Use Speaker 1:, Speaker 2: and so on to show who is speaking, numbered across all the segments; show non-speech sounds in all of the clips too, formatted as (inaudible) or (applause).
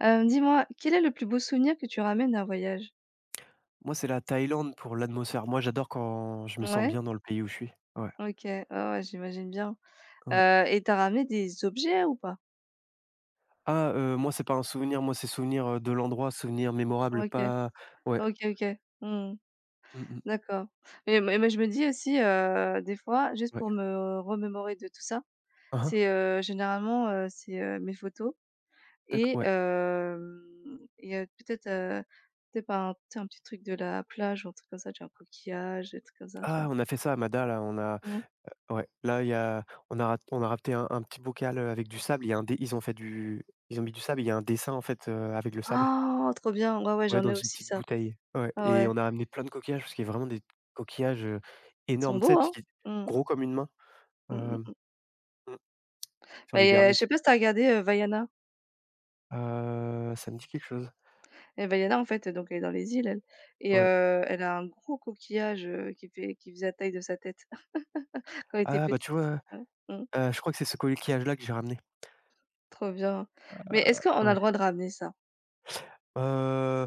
Speaker 1: Dis-moi, quel est le plus beau souvenir que tu ramènes d'un voyage?
Speaker 2: Moi, c'est la Thaïlande pour l'atmosphère. Moi, j'adore quand je me sens
Speaker 1: Ouais?
Speaker 2: bien dans le pays où je suis. Ouais,
Speaker 1: OK. Ouais, ouais, j'imagine bien.
Speaker 2: ouais.
Speaker 1: Et t'as as ramené des objets ou pas?
Speaker 2: Ah, moi, c'est pas un souvenir, moi, c'est souvenir, de l'endroit, souvenir mémorable,
Speaker 1: OK.
Speaker 2: pas ouais,
Speaker 1: OK, OK. Mmh.
Speaker 2: mmh mh,
Speaker 1: D'accord. Mais je me dis aussi, des fois, juste
Speaker 2: ouais.
Speaker 1: pour me remémorer de tout ça,
Speaker 2: Hein, hein,
Speaker 1: c'est, généralement, c'est, mes photos et
Speaker 2: ouais.
Speaker 1: hem et peut-être, peut-être un tu sais, un petit truc de la plage ou un truc comme ça, tu vois? Un coquillage, des trucs comme ça, tu
Speaker 2: Ah,
Speaker 1: vois?
Speaker 2: on a fait ça à Mada, là, on a
Speaker 1: Mmh.
Speaker 2: ouais, là, il y a on a rafté un petit bocal, avec du sable. Il y a un dé ils ont mis du sable. Il y a un dessin, en fait, avec le sable.
Speaker 1: Oh, trop bien! Ouais, ouais,
Speaker 2: Ouais,
Speaker 1: j'en
Speaker 2: dans
Speaker 1: ai
Speaker 2: une
Speaker 1: aussi
Speaker 2: petite
Speaker 1: ça.
Speaker 2: bouteille. Ouais
Speaker 1: Ouais,
Speaker 2: et
Speaker 1: ouais.
Speaker 2: on a amené plein de coquillages parce qu'il y a vraiment des coquillages,
Speaker 1: Ils sont
Speaker 2: énormes, tu sais,
Speaker 1: beaux, hein?
Speaker 2: petits
Speaker 1: Mmh.
Speaker 2: gros comme une main,
Speaker 1: Mmh
Speaker 2: hem,
Speaker 1: mh.
Speaker 2: mmh, sur les
Speaker 1: Mais,
Speaker 2: bernis.
Speaker 1: je sais pas si tu as regardé, Vaiana?
Speaker 2: Ça me dit quelque chose.
Speaker 1: Et Vaiana, en fait, donc elle est dans les îles elle et
Speaker 2: Ouais.
Speaker 1: elle a un gros coquillage, qui faisait la taille de sa tête (laughs) quand elle était
Speaker 2: Ah bah, tu
Speaker 1: petite.
Speaker 2: vois,
Speaker 1: Ouais. Mmh.
Speaker 2: je crois que c'est ce coquillage-là que j'ai ramené.
Speaker 1: Trop bien. Mais est-ce qu'on a le
Speaker 2: Ouais.
Speaker 1: droit de ramener ça?
Speaker 2: Heu,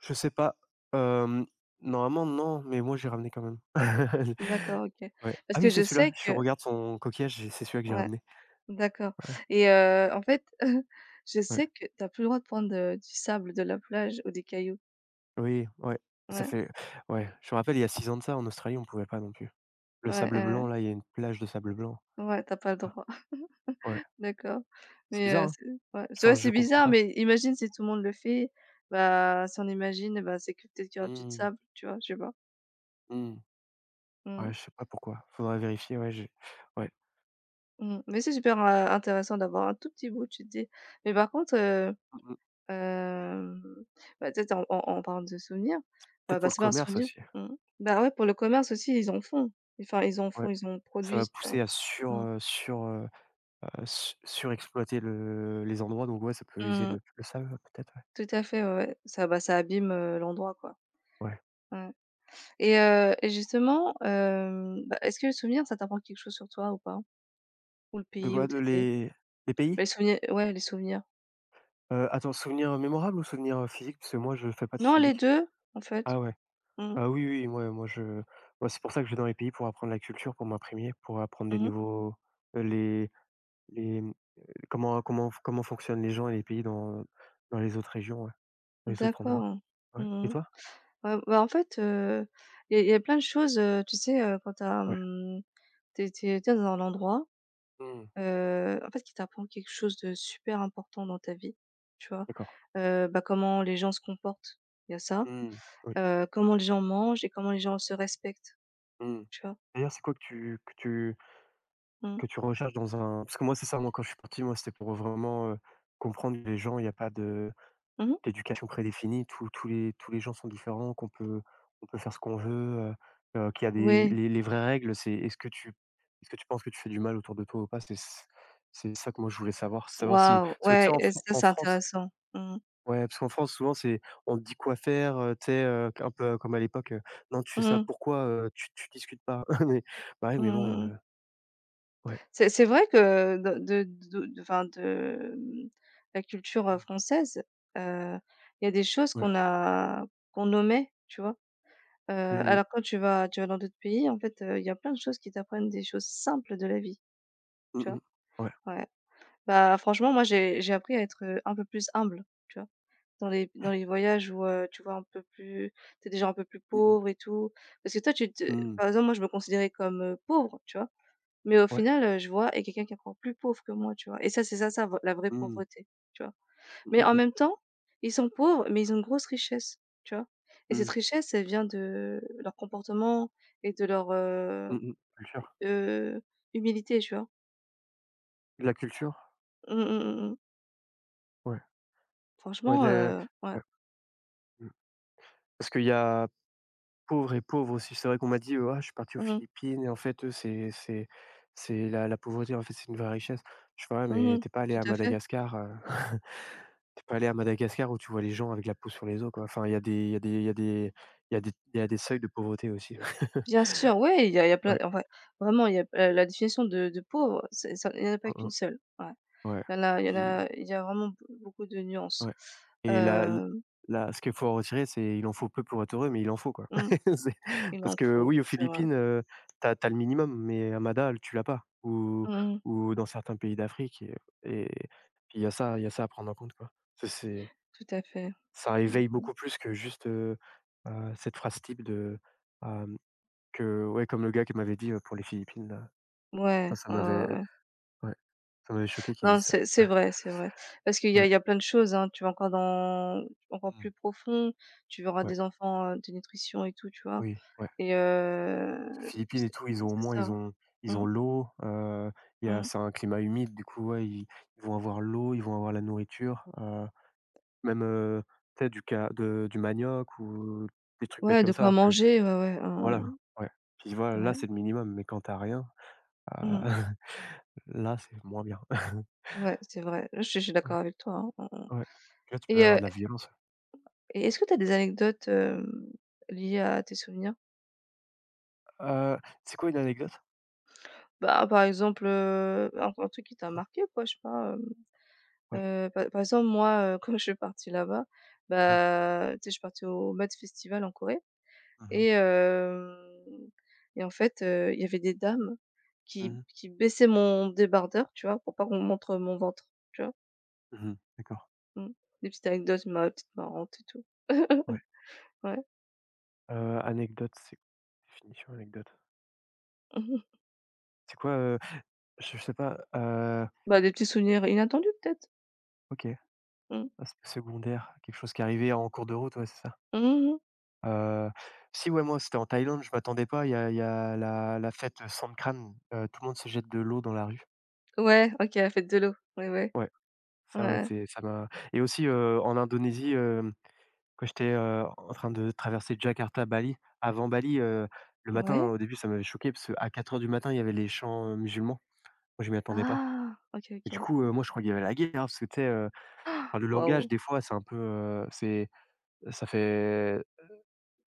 Speaker 2: je sais pas. Hem, Normalement non, mais moi j'ai ramené quand même. (laughs)
Speaker 1: D'accord, OK.
Speaker 2: Ouais.
Speaker 1: Parce
Speaker 2: Ah
Speaker 1: que
Speaker 2: oui, c'est
Speaker 1: je
Speaker 2: celui-là.
Speaker 1: sais
Speaker 2: Je
Speaker 1: que
Speaker 2: regarde son coquillage et c'est celui-là que j'ai
Speaker 1: ouais,
Speaker 2: ramené.
Speaker 1: d'accord et en fait, (laughs) je
Speaker 2: Ouais.
Speaker 1: sais que tu as plus le droit de prendre, du sable de la plage ou des cailloux.
Speaker 2: Oui, ouais. Ça
Speaker 1: Ouais,
Speaker 2: fait ouais, je me rappelle il y a 6 ans de ça en Australie, on pouvait pas non plus. Le
Speaker 1: ouais, ouais,
Speaker 2: sable
Speaker 1: ouais.
Speaker 2: blanc là, il y a une plage de sable blanc.
Speaker 1: Ouais, tu as pas le
Speaker 2: Ah
Speaker 1: droit.
Speaker 2: ouais.
Speaker 1: D'accord,
Speaker 2: C'est
Speaker 1: mais
Speaker 2: bizarre, hein?
Speaker 1: c'est ouais, c'est
Speaker 2: Enfin,
Speaker 1: vrai,
Speaker 2: je
Speaker 1: c'est
Speaker 2: comprends
Speaker 1: bizarre,
Speaker 2: pas.
Speaker 1: mais imagine si tout le monde le fait, bah, si on imagine, bah, c'est que peut-être qu'il y aura plus de
Speaker 2: Mmh,
Speaker 1: sable, tu vois? Je sais pas.
Speaker 2: mmh.
Speaker 1: Mmh,
Speaker 2: Ouais, je sais pas pourquoi. Faudrait vérifier, ouais, j'ai ouais.
Speaker 1: mmh, mais c'est super, intéressant d'avoir un tout petit bout, tu te dis mais par contre,
Speaker 2: Mmh mh.
Speaker 1: hem, bah, peut-être en en parlant de souvenirs, bah
Speaker 2: Peut-être
Speaker 1: bah,
Speaker 2: pour le
Speaker 1: c'est pas un
Speaker 2: commerce
Speaker 1: souvenir.
Speaker 2: aussi.
Speaker 1: Mmh. Bah, ouais, pour le commerce aussi, ils en font. Enfin, ils en
Speaker 2: Ouais,
Speaker 1: font, ils en
Speaker 2: ça va
Speaker 1: produisent, tu vois?
Speaker 2: pousser à
Speaker 1: Mmh.
Speaker 2: surexploiter le les endroits, donc ouais, ça peut user
Speaker 1: Mmh.
Speaker 2: le sable, ouais, peut-être, ouais.
Speaker 1: Tout à fait, ouais, ouais. Ça, bah, ça abîme, l'endroit, quoi.
Speaker 2: Ouais.
Speaker 1: Ouais. Et justement, bah, est-ce que le souvenir, ça t'apprend quelque chose sur toi ou pas? Ou le
Speaker 2: De
Speaker 1: pays
Speaker 2: quoi?
Speaker 1: où
Speaker 2: De
Speaker 1: t'étais.
Speaker 2: les pays?
Speaker 1: Bah, les souvenirs ouais, les souvenirs.
Speaker 2: Attends, souvenir mémorable ou souvenir, physiques? Parce que moi, je fais pas de
Speaker 1: Non, les
Speaker 2: physique.
Speaker 1: 2 en fait.
Speaker 2: Ah ouais.
Speaker 1: Mmh mh.
Speaker 2: Ah oui, oui, moi, c'est pour ça que je vais dans les pays pour apprendre la culture, pour m'imprégner, pour apprendre des
Speaker 1: Mmh.
Speaker 2: nouveaux, heu, les les, mmh, comment fonctionnent les gens et les pays dans les autres régions, ouais, dans les autres endroits.
Speaker 1: D'accord.
Speaker 2: Ouais et
Speaker 1: Mmh mh.
Speaker 2: toi?
Speaker 1: Bah, en fait, il y a plein de choses, tu sais, quand tu as,
Speaker 2: Ouais.
Speaker 1: mmh, tu es dans un endroit,
Speaker 2: Mmh,
Speaker 1: en fait, qui t'apprend quelque chose de super important dans ta vie, tu vois?
Speaker 2: d'accord.
Speaker 1: Bah, comment les gens se comportent, il y a ça,
Speaker 2: Mmh, oui.
Speaker 1: comment les gens mangent et comment les gens se respectent,
Speaker 2: Mmh.
Speaker 1: tu vois?
Speaker 2: D'ailleurs, c'est quoi
Speaker 1: Mmh mh.
Speaker 2: que tu recherches dans un parce que moi, c'est ça, moi, quand je suis parti, moi, c'était pour vraiment, comprendre que les gens. Il y a pas de
Speaker 1: Mmh.
Speaker 2: d'éducation prédéfinie. Tous les gens sont différents, qu'on peut on peut faire ce qu'on veut, qu'il y a des
Speaker 1: Ouais.
Speaker 2: les vraies règles, c'est est-ce que tu penses que tu fais du mal autour de toi ou pas? C'est ça que moi, je voulais savoir. Savoir si
Speaker 1: Waouh,
Speaker 2: parce que tu sais,
Speaker 1: ouais, et ça,
Speaker 2: En
Speaker 1: c'est
Speaker 2: France.
Speaker 1: intéressant! Mmh.
Speaker 2: Ouais, parce qu'en France, souvent, c'est on te dit quoi faire, tu sais, un peu comme à l'époque, «Non, tu fais ça
Speaker 1: Mmh.
Speaker 2: pourquoi? Tu discutes pas». (laughs) Mais bah, ouais,
Speaker 1: Mmh
Speaker 2: mais bon,
Speaker 1: mmh.
Speaker 2: ouais,
Speaker 1: C'est vrai que de enfin de, mmh, la culture,
Speaker 2: mmh,
Speaker 1: française, heu, il y a des choses
Speaker 2: ouais,
Speaker 1: qu'on a qu'on nommait tu vois?
Speaker 2: oui, oui.
Speaker 1: Alors quand tu vas dans d'autres pays, en fait, il y a plein de choses qui t'apprennent des choses simples de la vie, tu
Speaker 2: Mmh
Speaker 1: vois?
Speaker 2: mh. Ouais.
Speaker 1: Ouais. Bah, franchement, moi, j'ai appris à être, un peu plus humble, tu vois? Dans les voyages où, tu vois, un peu plus t'es déjà un peu plus
Speaker 2: Mmh mh.
Speaker 1: pauvre et tout. Parce que toi, tu te
Speaker 2: Mmh.
Speaker 1: par exemple, moi, je me considérais comme, pauvre, tu vois? Mais au
Speaker 2: Ouais.
Speaker 1: final, je vois et quelqu'un qui est encore plus pauvre que moi, tu vois? Et ça, c'est ça la vraie
Speaker 2: Mmh.
Speaker 1: pauvreté, tu vois? Mais
Speaker 2: Mmh
Speaker 1: en
Speaker 2: mh.
Speaker 1: même temps, ils sont pauvres, mais ils ont une grosse richesse, tu vois? Et cette
Speaker 2: Mmh.
Speaker 1: richesse, elle vient de leur comportement et de leur,
Speaker 2: Mmh. Mmh mmh. Culture.
Speaker 1: heu, humilité, tu vois?
Speaker 2: De la culture?
Speaker 1: Mmh, mmh, mmh, mmh.
Speaker 2: Ouais. Ouais, de
Speaker 1: Franchement,
Speaker 2: la
Speaker 1: ouais.
Speaker 2: ouais, mmh. Parce qu'il y a pauvre et pauvre aussi. C'est vrai qu'on m'a dit: «Ah, je suis parti aux
Speaker 1: Mmh mh.
Speaker 2: Philippines et en fait, eux, c'est la pauvreté, en fait, c'est une vraie richesse». Je fais: «Ouais, mais
Speaker 1: Mmh.
Speaker 2: t'es pas allé
Speaker 1: Tout
Speaker 2: à
Speaker 1: à fait.
Speaker 2: Madagascar». T'es pas allé à Madagascar où tu vois les gens avec la peau sur les os, quoi. Enfin, il y a des il y a des il y a des il y a des il y a des seuils de pauvreté aussi.
Speaker 1: Bien
Speaker 2: (laughs)
Speaker 1: sûr, ouais, il y a plein
Speaker 2: Ouais.
Speaker 1: enfin, vraiment, il y a la définition de pauvre, c'est ça il n'y en a pas qu'une
Speaker 2: Mmh
Speaker 1: seule, ouais.
Speaker 2: mh. Ouais.
Speaker 1: Il y en a il y en
Speaker 2: Puis
Speaker 1: a il y a vraiment b beaucoup de nuances.
Speaker 2: ouais et
Speaker 1: Hem,
Speaker 2: là, ce qu'il faut en retirer, c'est il en faut peu pour être heureux, mais il en faut, quoi.
Speaker 1: mmh,
Speaker 2: (laughs) C'est
Speaker 1: il
Speaker 2: Parce
Speaker 1: en
Speaker 2: que
Speaker 1: faut,
Speaker 2: oui, aux
Speaker 1: c'est vrai.
Speaker 2: Philippines, t'as as le minimum, mais à Mada, tu l'as pas
Speaker 1: Mmh.
Speaker 2: ou dans certains pays d'Afrique et puis il y a ça à prendre en compte, quoi. Ça, c'est
Speaker 1: Tout à fait.
Speaker 2: ça éveille
Speaker 1: Mmh.
Speaker 2: beaucoup plus que juste, cette phrase type de, Que ouais, comme le gars qui m'avait dit, pour les Philippines là. Enfin,
Speaker 1: Ouais,
Speaker 2: ça
Speaker 1: ouais, ouais,
Speaker 2: m'avait
Speaker 1: ouais.
Speaker 2: ouais, ça m'avait choqué qu'il
Speaker 1: Non,
Speaker 2: dise ça.
Speaker 1: c'est vrai, c'est vrai. Parce qu'il y a
Speaker 2: Ouais.
Speaker 1: il y a plein de choses, hein, tu vas encore dans encore
Speaker 2: Mmh.
Speaker 1: plus profond, tu verras
Speaker 2: Ouais,
Speaker 1: des enfants, dénutrition et tout, tu vois?
Speaker 2: oui, ouais.
Speaker 1: Et
Speaker 2: Les Philippines et tout, ils ont au
Speaker 1: c'est
Speaker 2: moins
Speaker 1: ça.
Speaker 2: ils
Speaker 1: Mmh,
Speaker 2: ont l'eau, il y a
Speaker 1: mmh.
Speaker 2: c'est un climat humide, du coup, ouais, ils vont avoir l'eau, ils vont avoir la nourriture, même, tu sais, du ca de du manioc ou des trucs bêtes
Speaker 1: Ouais,
Speaker 2: comme
Speaker 1: de
Speaker 2: ça,
Speaker 1: quoi
Speaker 2: alors que
Speaker 1: manger, ouais, ouais,
Speaker 2: voilà,
Speaker 1: hein,
Speaker 2: ouais. Puis voilà, là,
Speaker 1: ouais.
Speaker 2: c'est le minimum, mais quand tu as rien, heu,
Speaker 1: Mmh.
Speaker 2: (laughs) là, c'est moins bien.
Speaker 1: Ouais, c'est vrai. Je suis
Speaker 2: Ouais,
Speaker 1: d'accord avec toi, hein. Mmh mh.
Speaker 2: ouais. Là, tu peux
Speaker 1: Et
Speaker 2: avoir
Speaker 1: heu,
Speaker 2: de la violence.
Speaker 1: et est-ce que tu as des anecdotes, liées à tes souvenirs?
Speaker 2: Heu, c'est quoi une anecdote?
Speaker 1: Bah, par exemple, un truc qui t'a marqué quoi, je sais pas,
Speaker 2: Ouais.
Speaker 1: par exemple moi, (laughs) quand je suis partie là-bas,
Speaker 2: Mmh mh.
Speaker 1: bah, tu sais, je suis partie au Met Festival en Corée
Speaker 2: Mmh
Speaker 1: et
Speaker 2: mh.
Speaker 1: et en fait, il y avait des dames
Speaker 2: Mmh
Speaker 1: qui
Speaker 2: mh.
Speaker 1: qui baissaient mon débardeur, tu vois? Pour pas qu'on montre mon ventre, tu vois?
Speaker 2: Mmh mh. D'accord.
Speaker 1: Mmh. Des petites anecdotes ma petites marrantes et tout.
Speaker 2: Ouais,
Speaker 1: (laughs) Ouais.
Speaker 2: anecdote, c'est définition anecdote. C'est quoi, je sais pas,
Speaker 1: Bah, des petits souvenirs inattendus peut-être?
Speaker 2: OK,
Speaker 1: Mmh.
Speaker 2: ah, s secondaire, quelque chose qui est arrivé en cours de route, ouais, c'est ça.
Speaker 1: Mmh mh.
Speaker 2: Heu, si, ouais, moi, c'était en Thaïlande, je m'attendais pas, il y a la fête, Songkran, tout le monde se jette de l'eau dans la rue.
Speaker 1: Ouais, OK, la fête de l'eau. Ouais, ouais.
Speaker 2: Ouais,
Speaker 1: Ouais,
Speaker 2: ça, ouais,
Speaker 1: ouais.
Speaker 2: c'est ça m'a et aussi, en Indonésie, quand j'étais, en train de traverser Jakarta, Bali, avant Bali, le matin,
Speaker 1: Ouais?
Speaker 2: au début, ça m'avait choqué parce qu'à 4 heures du matin, il y avait les chants, musulmans. Moi, je m'y attendais pas.
Speaker 1: Ah, OK,
Speaker 2: Et du
Speaker 1: OK!
Speaker 2: coup, moi, je crois qu'il y avait la guerre, hein, parce que tu sais, enfin le langage
Speaker 1: Waouh!
Speaker 2: des fois c'est un peu, c'est ça fait,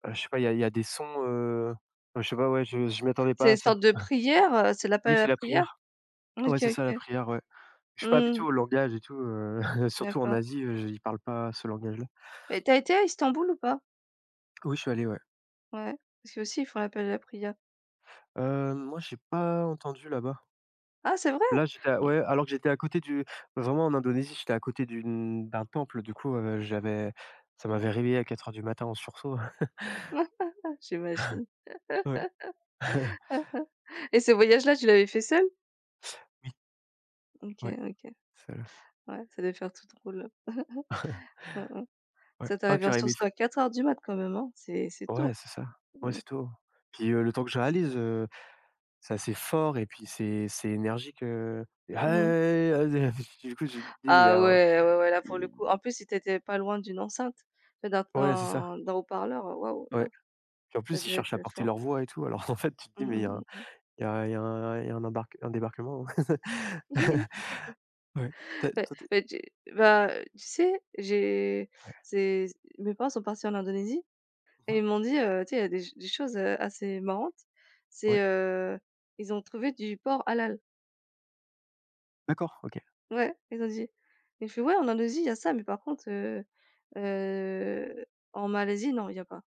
Speaker 2: je sais pas, il y a des sons, je sais pas, ouais, je m'y attendais
Speaker 1: C'est
Speaker 2: pas
Speaker 1: une
Speaker 2: à ça.
Speaker 1: sorte de prière, c'est l'appel
Speaker 2: Oui,
Speaker 1: à la
Speaker 2: c'est la
Speaker 1: prière?
Speaker 2: prière. Ouais,
Speaker 1: OK,
Speaker 2: c'est ça la
Speaker 1: OK.
Speaker 2: prière, ouais. Je suis pas habitué
Speaker 1: Mmh,
Speaker 2: au langage et tout, (laughs) surtout en
Speaker 1: d'accord.
Speaker 2: Asie, ils parlent pas ce langage-là.
Speaker 1: Mais tu as été à Istanbul ou pas?
Speaker 2: Oui, je suis allé, ouais.
Speaker 1: Ouais, parce qu'eux aussi, ils font l'appel à la prière.
Speaker 2: Moi, j'ai pas entendu là-bas.
Speaker 1: Ah, c'est vrai?
Speaker 2: Là, j'étais à ouais, alors que j'étais à côté du vraiment en Indonésie, j'étais à côté d'un temple, du coup, j'avais ça m'avait réveillé à 4 heures du matin en sursaut. (laughs)
Speaker 1: Ah, j'imagine.
Speaker 2: Ouais.
Speaker 1: Et ce voyage-là, tu l'avais fait seule?
Speaker 2: Oui,
Speaker 1: OK,
Speaker 2: ouais,
Speaker 1: OK.
Speaker 2: c'est
Speaker 1: Ouais, ça devait faire tout drôle. Mmh mh.
Speaker 2: Ouais,
Speaker 1: Ça
Speaker 2: un que
Speaker 1: t'arrive en
Speaker 2: j'ai
Speaker 1: sûr,
Speaker 2: aimé f
Speaker 1: soit à 4:00 du mat quand même, hein? C'est
Speaker 2: ouais,
Speaker 1: tôt.
Speaker 2: c'est ça. Ouais,
Speaker 1: Mmh.
Speaker 2: c'est tout. Puis, le temps que je réalise, c'est assez fort et puis c'est énergique, (laughs)
Speaker 1: Mmh mh.
Speaker 2: du coup, tu te dis: «Mais il y
Speaker 1: Ah
Speaker 2: a un»
Speaker 1: ouais, ouais, ouais, là pour le
Speaker 2: il-
Speaker 1: coup en plus si t'étais pas loin d'une enceinte, d'un
Speaker 2: ouais, c'est ça,
Speaker 1: d'un haut-parleur, waouh, ah
Speaker 2: ouais. Puis en
Speaker 1: ça
Speaker 2: plus, ils
Speaker 1: devait
Speaker 2: cherchent
Speaker 1: être
Speaker 2: à porter
Speaker 1: fort.
Speaker 2: leur voix et tout, alors (laughs) en fait, tu te dis:
Speaker 1: Mmh
Speaker 2: «Mais
Speaker 1: mh, mmh.
Speaker 2: il y a un embarque, un débarquement». (laughs) Ouais.
Speaker 1: (laughs)
Speaker 2: Tu
Speaker 1: Ouais,
Speaker 2: toi, tu
Speaker 1: mais tu bah, tu sais, j'ai
Speaker 2: ouais.
Speaker 1: c'est mes parents sont partis en Indonésie et
Speaker 2: Mmh.
Speaker 1: ils m'ont dit, tu sais, il y a des ch des choses, assez marrantes.
Speaker 2: Ouais.
Speaker 1: C'est, ils ont trouvé du porc halal.
Speaker 2: D'accord, OK,
Speaker 1: Ouais, ils ont dit. Et je fais: «Ouais, en Indonésie, il y a ça, mais par contre, heu, en Malaisie, non, il y a pas».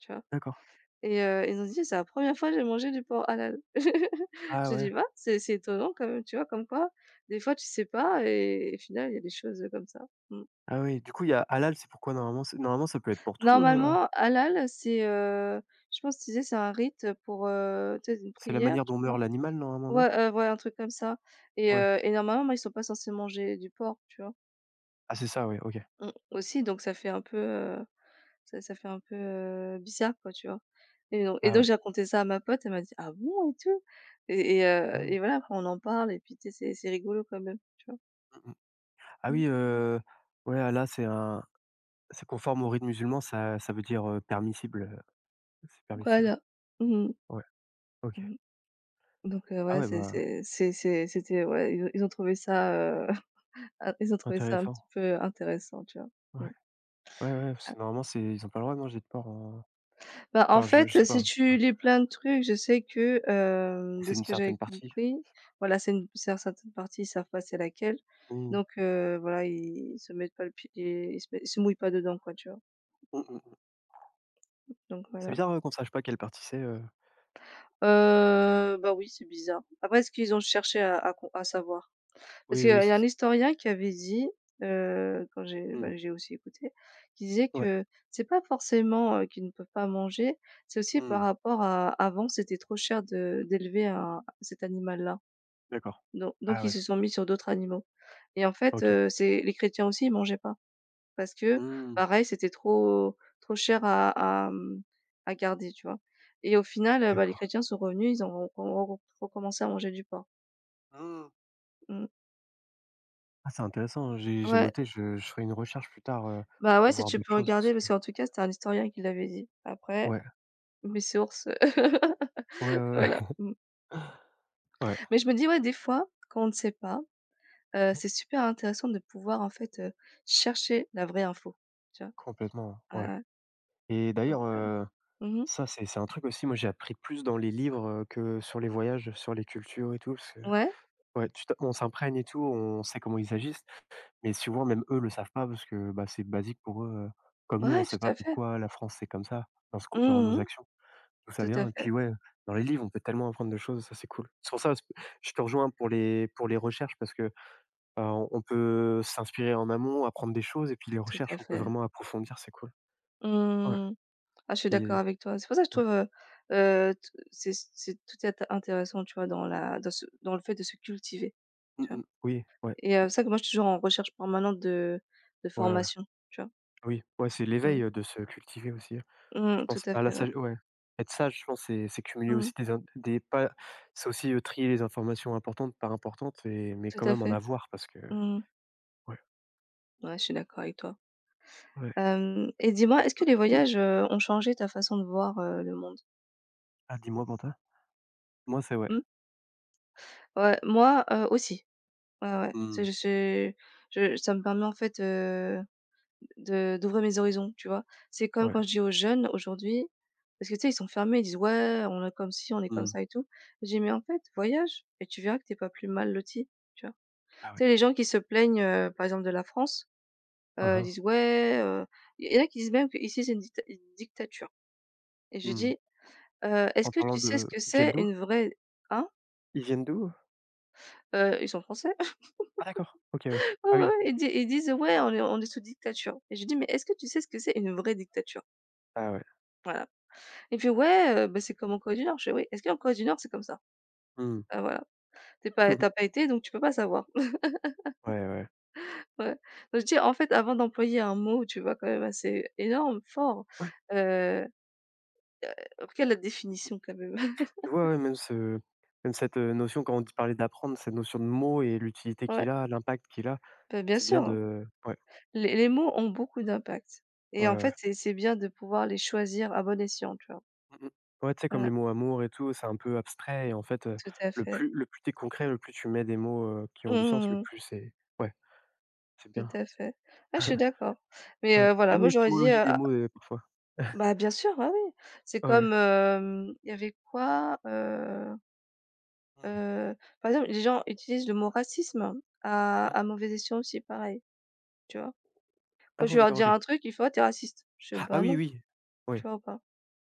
Speaker 1: Tu vois?
Speaker 2: d'accord.
Speaker 1: Et ils ont dit: «C'est la 1re fois que j'ai mangé du porc halal». (laughs)
Speaker 2: Ah
Speaker 1: J'ai
Speaker 2: ouais.
Speaker 1: dit: «Bah, c'est étonnant quand même», tu vois? Comme quoi, des fois tu sais pas et au final il y a des choses, comme ça. Mmh.
Speaker 2: Ah oui, du coup, il y a halal, c'est pourquoi normalement c'est normalement, ça peut être pour tout,
Speaker 1: Normalement, halal, c'est, je pense, que tu disais c'est un rite, pour, tu sais, une
Speaker 2: c'est la
Speaker 1: prière,
Speaker 2: manière
Speaker 1: je
Speaker 2: dont
Speaker 1: crois.
Speaker 2: meurt l'animal normalement, non?
Speaker 1: Ouais, ouais, un truc comme ça
Speaker 2: Ouais.
Speaker 1: et normalement, moi, ils sont pas censés manger du porc, tu vois?
Speaker 2: Ah, c'est ça, ouais, OK.
Speaker 1: Mmh, aussi donc ça fait un peu, ça fait un peu, bizarre quoi, tu vois? Et donc et
Speaker 2: Ah
Speaker 1: donc
Speaker 2: ouais.
Speaker 1: j'ai raconté ça à ma pote, elle m'a dit: «Ah bon?» et tout et
Speaker 2: Mmh. Mmh
Speaker 1: et voilà, après on en parle et puis tu sais, c'est rigolo quand même, tu vois?
Speaker 2: mmh. Ah
Speaker 1: Mmh.
Speaker 2: oui, ouais, là, c'est un c'est conforme au rite musulman, ça ça veut dire, permissible, c'est permissible.
Speaker 1: Voilà. Mmh mh.
Speaker 2: Ouais, OK.
Speaker 1: Mmh. Donc
Speaker 2: Ah
Speaker 1: ouais,
Speaker 2: ouais,
Speaker 1: c'est
Speaker 2: bah,
Speaker 1: c'est c'est c'est c'était ouais, ils ont trouvé ça, heu, (laughs) ils ont trouvé ça un
Speaker 2: intéressant.
Speaker 1: petit peu intéressant, tu vois?
Speaker 2: Ouais.
Speaker 1: Mmh.
Speaker 2: Ouais, ouais, parce que normalement, c'est ils ont pas le droit de manger de porc en
Speaker 1: Bah, en
Speaker 2: enfin, je
Speaker 1: fait,
Speaker 2: sais
Speaker 1: si
Speaker 2: pas,
Speaker 1: tu lis plein de trucs, je sais que, de
Speaker 2: c'est
Speaker 1: ce
Speaker 2: une
Speaker 1: que j'avais
Speaker 2: certaine partie.
Speaker 1: compris, voilà, c'est une c'est un certaines parties, ils savent pas c'est laquelle,
Speaker 2: Mmh.
Speaker 1: donc voilà, ils se mettent pas le pied ils se met ils se mouillent pas dedans, quoi, tu vois?
Speaker 2: Mmh mh.
Speaker 1: Donc
Speaker 2: C'est
Speaker 1: voilà.
Speaker 2: bizarre, qu'on sache pas quelle partie c'est,
Speaker 1: Bah, oui, c'est bizarre. Après, est-ce qu'ils ont cherché à con à savoir? Parce
Speaker 2: Oui,
Speaker 1: qu'il y a
Speaker 2: oui, c'est
Speaker 1: un
Speaker 2: ça.
Speaker 1: historien qui avait dit, quand j'ai
Speaker 2: Mmh.
Speaker 1: bah, j'ai aussi écouté, qui disait
Speaker 2: Ouais.
Speaker 1: que c'est pas forcément, qu'ils ne peuvent pas manger, c'est aussi par
Speaker 2: Mmh.
Speaker 1: rapport à avant, c'était trop cher de d'élever un cet animal-là.
Speaker 2: D'accord.
Speaker 1: Donc
Speaker 2: Ah
Speaker 1: ils
Speaker 2: ouais,
Speaker 1: se sont mis sur d'autres animaux et en fait,
Speaker 2: OK.
Speaker 1: c'est les chrétiens aussi, ils mangeaient pas parce que
Speaker 2: Mmh.
Speaker 1: pareil, c'était trop cher à mmh, à garder, tu vois? Et au final, bah, les
Speaker 2: D'accord.
Speaker 1: chrétiens sont revenus, ils ont recommencé à manger du porc.
Speaker 2: Mmh.
Speaker 1: Mmh.
Speaker 2: Ah, c'est intéressant, hein, j'ai
Speaker 1: Ouais.
Speaker 2: noté, je ferai une recherche plus tard,
Speaker 1: Bah, ouais,
Speaker 2: pour
Speaker 1: si
Speaker 2: voir
Speaker 1: tu
Speaker 2: d'autres
Speaker 1: peux
Speaker 2: choses parce
Speaker 1: regarder
Speaker 2: que
Speaker 1: parce qu'en tout cas, c'était un historien qui l'avait dit. Après,
Speaker 2: ouais.
Speaker 1: mes sources,
Speaker 2: Ouais,
Speaker 1: (laughs)
Speaker 2: ouais,
Speaker 1: voilà,
Speaker 2: ouais.
Speaker 1: mmh.
Speaker 2: Ouais. (laughs)
Speaker 1: Mais je me dis, ouais, des fois, quand on ne sait pas, c'est super intéressant de pouvoir, en fait, chercher la vraie info, tu vois?
Speaker 2: Complètement,
Speaker 1: Ouais,
Speaker 2: ouais
Speaker 1: ouais,
Speaker 2: et
Speaker 1: ouais.
Speaker 2: d'ailleurs,
Speaker 1: Mmh.
Speaker 2: ça, c'est un truc aussi, moi j'ai appris plus dans les livres, que sur les voyages, sur les cultures et tout parce que
Speaker 1: Ouais,
Speaker 2: ouais, tu t'im on s'imprègne et tout, on sait comment ils agissent, mais souvent même eux le savent pas parce que, bah, c'est basique pour eux, comme nous, on
Speaker 1: ouais,
Speaker 2: sait
Speaker 1: tout
Speaker 2: pas
Speaker 1: à fait.
Speaker 2: pourquoi la France c'est comme ça dans ce qu'on dans
Speaker 1: Mmh
Speaker 2: nos
Speaker 1: mmh.
Speaker 2: actions, d'où ça
Speaker 1: Tout à
Speaker 2: vient et
Speaker 1: fait,
Speaker 2: puis ouais, dans les livres, on peut tellement apprendre de choses, ça c'est cool. C'est pour ça s je te rejoins pour les recherches parce que, bah, on peut s'inspirer en amont, apprendre des choses et puis les
Speaker 1: tout
Speaker 2: recherches,
Speaker 1: à
Speaker 2: on peut
Speaker 1: fait.
Speaker 2: vraiment approfondir, c'est cool. Ouais,
Speaker 1: Mmh. Ah, je suis d'accord
Speaker 2: puis
Speaker 1: avec toi. C'est pour ça que je
Speaker 2: ouais.
Speaker 1: trouve, t c'est tout est intéressant, tu vois, dans la dans le fait de se cultiver,
Speaker 2: Mmh
Speaker 1: tu vois?
Speaker 2: mh. Oui, ouais,
Speaker 1: Et c'est ça que moi, je suis toujours en recherche permanente de
Speaker 2: ouais, ouais,
Speaker 1: formation, tu vois?
Speaker 2: oui, ouais, c'est
Speaker 1: Mmh.
Speaker 2: l'éveil, de se cultiver aussi, je
Speaker 1: Mmh, tout
Speaker 2: pense.
Speaker 1: à
Speaker 2: Bah, la
Speaker 1: fait, ouais.
Speaker 2: sage ouais, être sage, je pense, c'est cumuler aussi
Speaker 1: Mmh,
Speaker 2: des in des pas trier les informations importantes, par importantes et mais
Speaker 1: tout
Speaker 2: quand
Speaker 1: à
Speaker 2: même en
Speaker 1: fait.
Speaker 2: avoir parce que
Speaker 1: Mmh.
Speaker 2: ouais,
Speaker 1: Ouais, je suis d'accord avec toi.
Speaker 2: ouais.
Speaker 1: Hem et dis-moi, est-ce que les voyages,
Speaker 2: (clears throat)
Speaker 1: ont changé ta façon de voir, le monde?
Speaker 2: Ah, dis-moi panta. Moi, c'est ouais.
Speaker 1: Mmh? Ouais, moi, aussi. Ouais, ouais, ouais. C'est
Speaker 2: Mmh.
Speaker 1: je suis je ça me permet en fait, de d'ouvrir mes horizons, tu vois? C'est comme
Speaker 2: Ouais.
Speaker 1: quand je dis aux jeunes aujourd'hui parce que tu sais, ils sont fermés, ils disent: «Ouais, on est comme ci, on est comme
Speaker 2: Mmh.
Speaker 1: ça et tout». J'ai dis: «Mais en fait, voyage et tu verras que t'es pas plus mal loti». Tu vois? Tu
Speaker 2: Ah ouais.
Speaker 1: sais, les gens qui se plaignent, par exemple de la France,
Speaker 2: Hein, hein.
Speaker 1: disent: «Ouais, il y en a qui disent même qu'ici c'est une dicta une dictature et je
Speaker 2: Mmh.
Speaker 1: dis: est-ce
Speaker 2: En
Speaker 1: que
Speaker 2: parlant
Speaker 1: tu sais ce
Speaker 2: de,
Speaker 1: que
Speaker 2: ils viennent
Speaker 1: c'est
Speaker 2: d'où?
Speaker 1: une vraie» hein?
Speaker 2: Ils viennent d'où?
Speaker 1: Ils sont français. (laughs)
Speaker 2: Ah d'accord, OK, ouais.
Speaker 1: Ouais,
Speaker 2: Ah
Speaker 1: ouais,
Speaker 2: oui.
Speaker 1: ouais, ils di ils disent: «Ouais, on est sous dictature» et je dis: «Mais est-ce que tu sais ce que c'est une vraie dictature?»
Speaker 2: Ah ouais.
Speaker 1: Voilà. Il me «Ouais, bah, c'est comme en Corée du Nord». Je fais: «Oui, est-ce qu'en Corée du Nord c'est comme ça?»
Speaker 2: Mmh.
Speaker 1: Bah, voilà, tu
Speaker 2: (laughs)
Speaker 1: pas été donc tu peux pas savoir. (laughs)
Speaker 2: Ouais, ouais.
Speaker 1: Ouais. Donc je dis: «En fait, avant d'employer un mot, tu vois, quand même assez énorme, fort, euh, Quelle regarde la définition quand même».
Speaker 2: Tu vois, ouais, même cette, notion, quand on dit parler d'apprendre, cette notion de mot et l'utilité
Speaker 1: Ouais,
Speaker 2: qu'il a, l'impact qu'il a,
Speaker 1: bah, bien
Speaker 2: c'est bien
Speaker 1: sûr, hein.
Speaker 2: de ouais,
Speaker 1: Les mots ont beaucoup d'impact
Speaker 2: ouais,
Speaker 1: et
Speaker 2: ouais.
Speaker 1: en
Speaker 2: Ouais.
Speaker 1: fait, c'est bien de pouvoir les choisir à bon escient, tu vois?
Speaker 2: Mmh mh. Ouais, tu sais, comme
Speaker 1: Mmh,
Speaker 2: les mots amour et tout, c'est un peu abstrait et en fait,
Speaker 1: tout à fait.
Speaker 2: le plus t'es concret, le plus tu mets des mots, qui ont
Speaker 1: Mmh
Speaker 2: du sens, le
Speaker 1: mmh.
Speaker 2: plus c'est ouais, c'est
Speaker 1: Tout
Speaker 2: bien.
Speaker 1: à fait. Ah, je suis
Speaker 2: (laughs)
Speaker 1: d'accord mais
Speaker 2: Ouais,
Speaker 1: voilà,
Speaker 2: même
Speaker 1: moi, j'aurais dit,
Speaker 2: l'étymologie des
Speaker 1: ah
Speaker 2: mots, parfois.
Speaker 1: bah,
Speaker 2: (laughs)
Speaker 1: bien sûr, ah oui, c'est
Speaker 2: Ouais.
Speaker 1: comme, il y avait quoi?
Speaker 2: Mmh.
Speaker 1: Heu, par exemple, les gens utilisent le mot racisme à
Speaker 2: Mmh.
Speaker 1: mauvais escient aussi, pareil, tu vois?
Speaker 2: Ah
Speaker 1: Quand je
Speaker 2: bon,
Speaker 1: vais leur
Speaker 2: d'accord,
Speaker 1: dire
Speaker 2: OK.
Speaker 1: un truc, ils font: «Ah, tu raciste». Je fais:
Speaker 2: Ah
Speaker 1: «Bah,
Speaker 2: oui,
Speaker 1: non»,
Speaker 2: oui.
Speaker 1: tu
Speaker 2: Ouais.
Speaker 1: vois ou pas?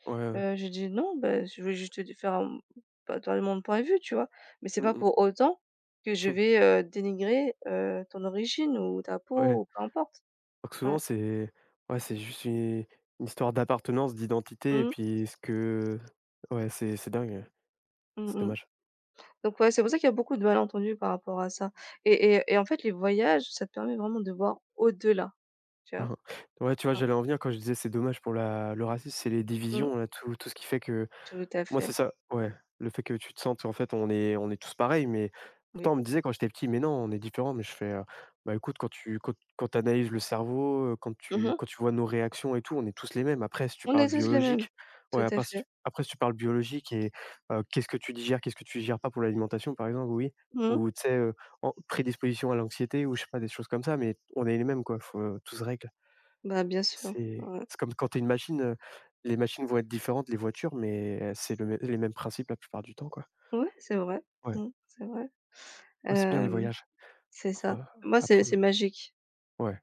Speaker 2: Ouais, ouais.
Speaker 1: J'ai dit: «Non, ben je veux juste te di faire un bah, donner mon point de vue», tu vois? Mais c'est
Speaker 2: Mmh
Speaker 1: pas
Speaker 2: mh.
Speaker 1: pour autant que je vais,
Speaker 2: (laughs)
Speaker 1: dénigrer, ton origine ou ta
Speaker 2: Ouais.
Speaker 1: peau ou peu importe.
Speaker 2: Donc
Speaker 1: Ouais.
Speaker 2: souvent, c'est ouais, c'est juste une histoire d'appartenance, d'identité et
Speaker 1: Mmh,
Speaker 2: puis ce que ouais, c'est dingue,
Speaker 1: mmh
Speaker 2: c'est
Speaker 1: mh.
Speaker 2: dommage. (laughs)
Speaker 1: Donc ouais, c'est pour ça qu'il y a beaucoup de malentendus par rapport à ça et et en fait, les voyages, ça te permet vraiment de voir au-delà, tu vois?
Speaker 2: Ouais, tu vois,
Speaker 1: Ah,
Speaker 2: j'allais en venir quand je disais c'est dommage pour la le racisme, c'est les
Speaker 1: mmh,
Speaker 2: divisions, là, tout ce qui fait que...
Speaker 1: tout à
Speaker 2: Moi, c'est
Speaker 1: fait,
Speaker 2: ça, ouais. Le fait que tu te sentes en fait, on est tous pareils, mais
Speaker 1: oui.
Speaker 2: pourtant on me disait quand j'étais petit: «Mais non, on est différents», mais je fais, «Bah, écoute, quand quand tu analyses le cerveau,
Speaker 1: Mmh.
Speaker 2: quand tu vois nos réactions et tout, on est tous les mêmes. Après si tu
Speaker 1: On
Speaker 2: parles
Speaker 1: est tous les mêmes.
Speaker 2: biologique». Ouais,
Speaker 1: Tout à fait.
Speaker 2: après si tu parles biologique et qu'est-ce que tu digères, qu'est-ce que tu digères pas pour l'alimentation par exemple, oui,
Speaker 1: Mmh.
Speaker 2: ou tu sais, en prédisposition à l'anxiété ou je sais pas, des choses comme ça, mais on est les mêmes quoi, faut, tout se règle.
Speaker 1: Bah, bien sûr, ouais.
Speaker 2: C'est comme quand tu es une machine, les machines vont être différentes, les voitures, mais c'est le mê les mêmes principes la plupart du temps, quoi.
Speaker 1: Ouais, c'est vrai.
Speaker 2: Ouais.
Speaker 1: Mmh, c'est vrai.
Speaker 2: Ouais, c'est bien les
Speaker 1: Hem,
Speaker 2: voyages
Speaker 1: c'est
Speaker 2: pour,
Speaker 1: ça. Moi, c'est
Speaker 2: apprendre.
Speaker 1: magique.
Speaker 2: Ouais.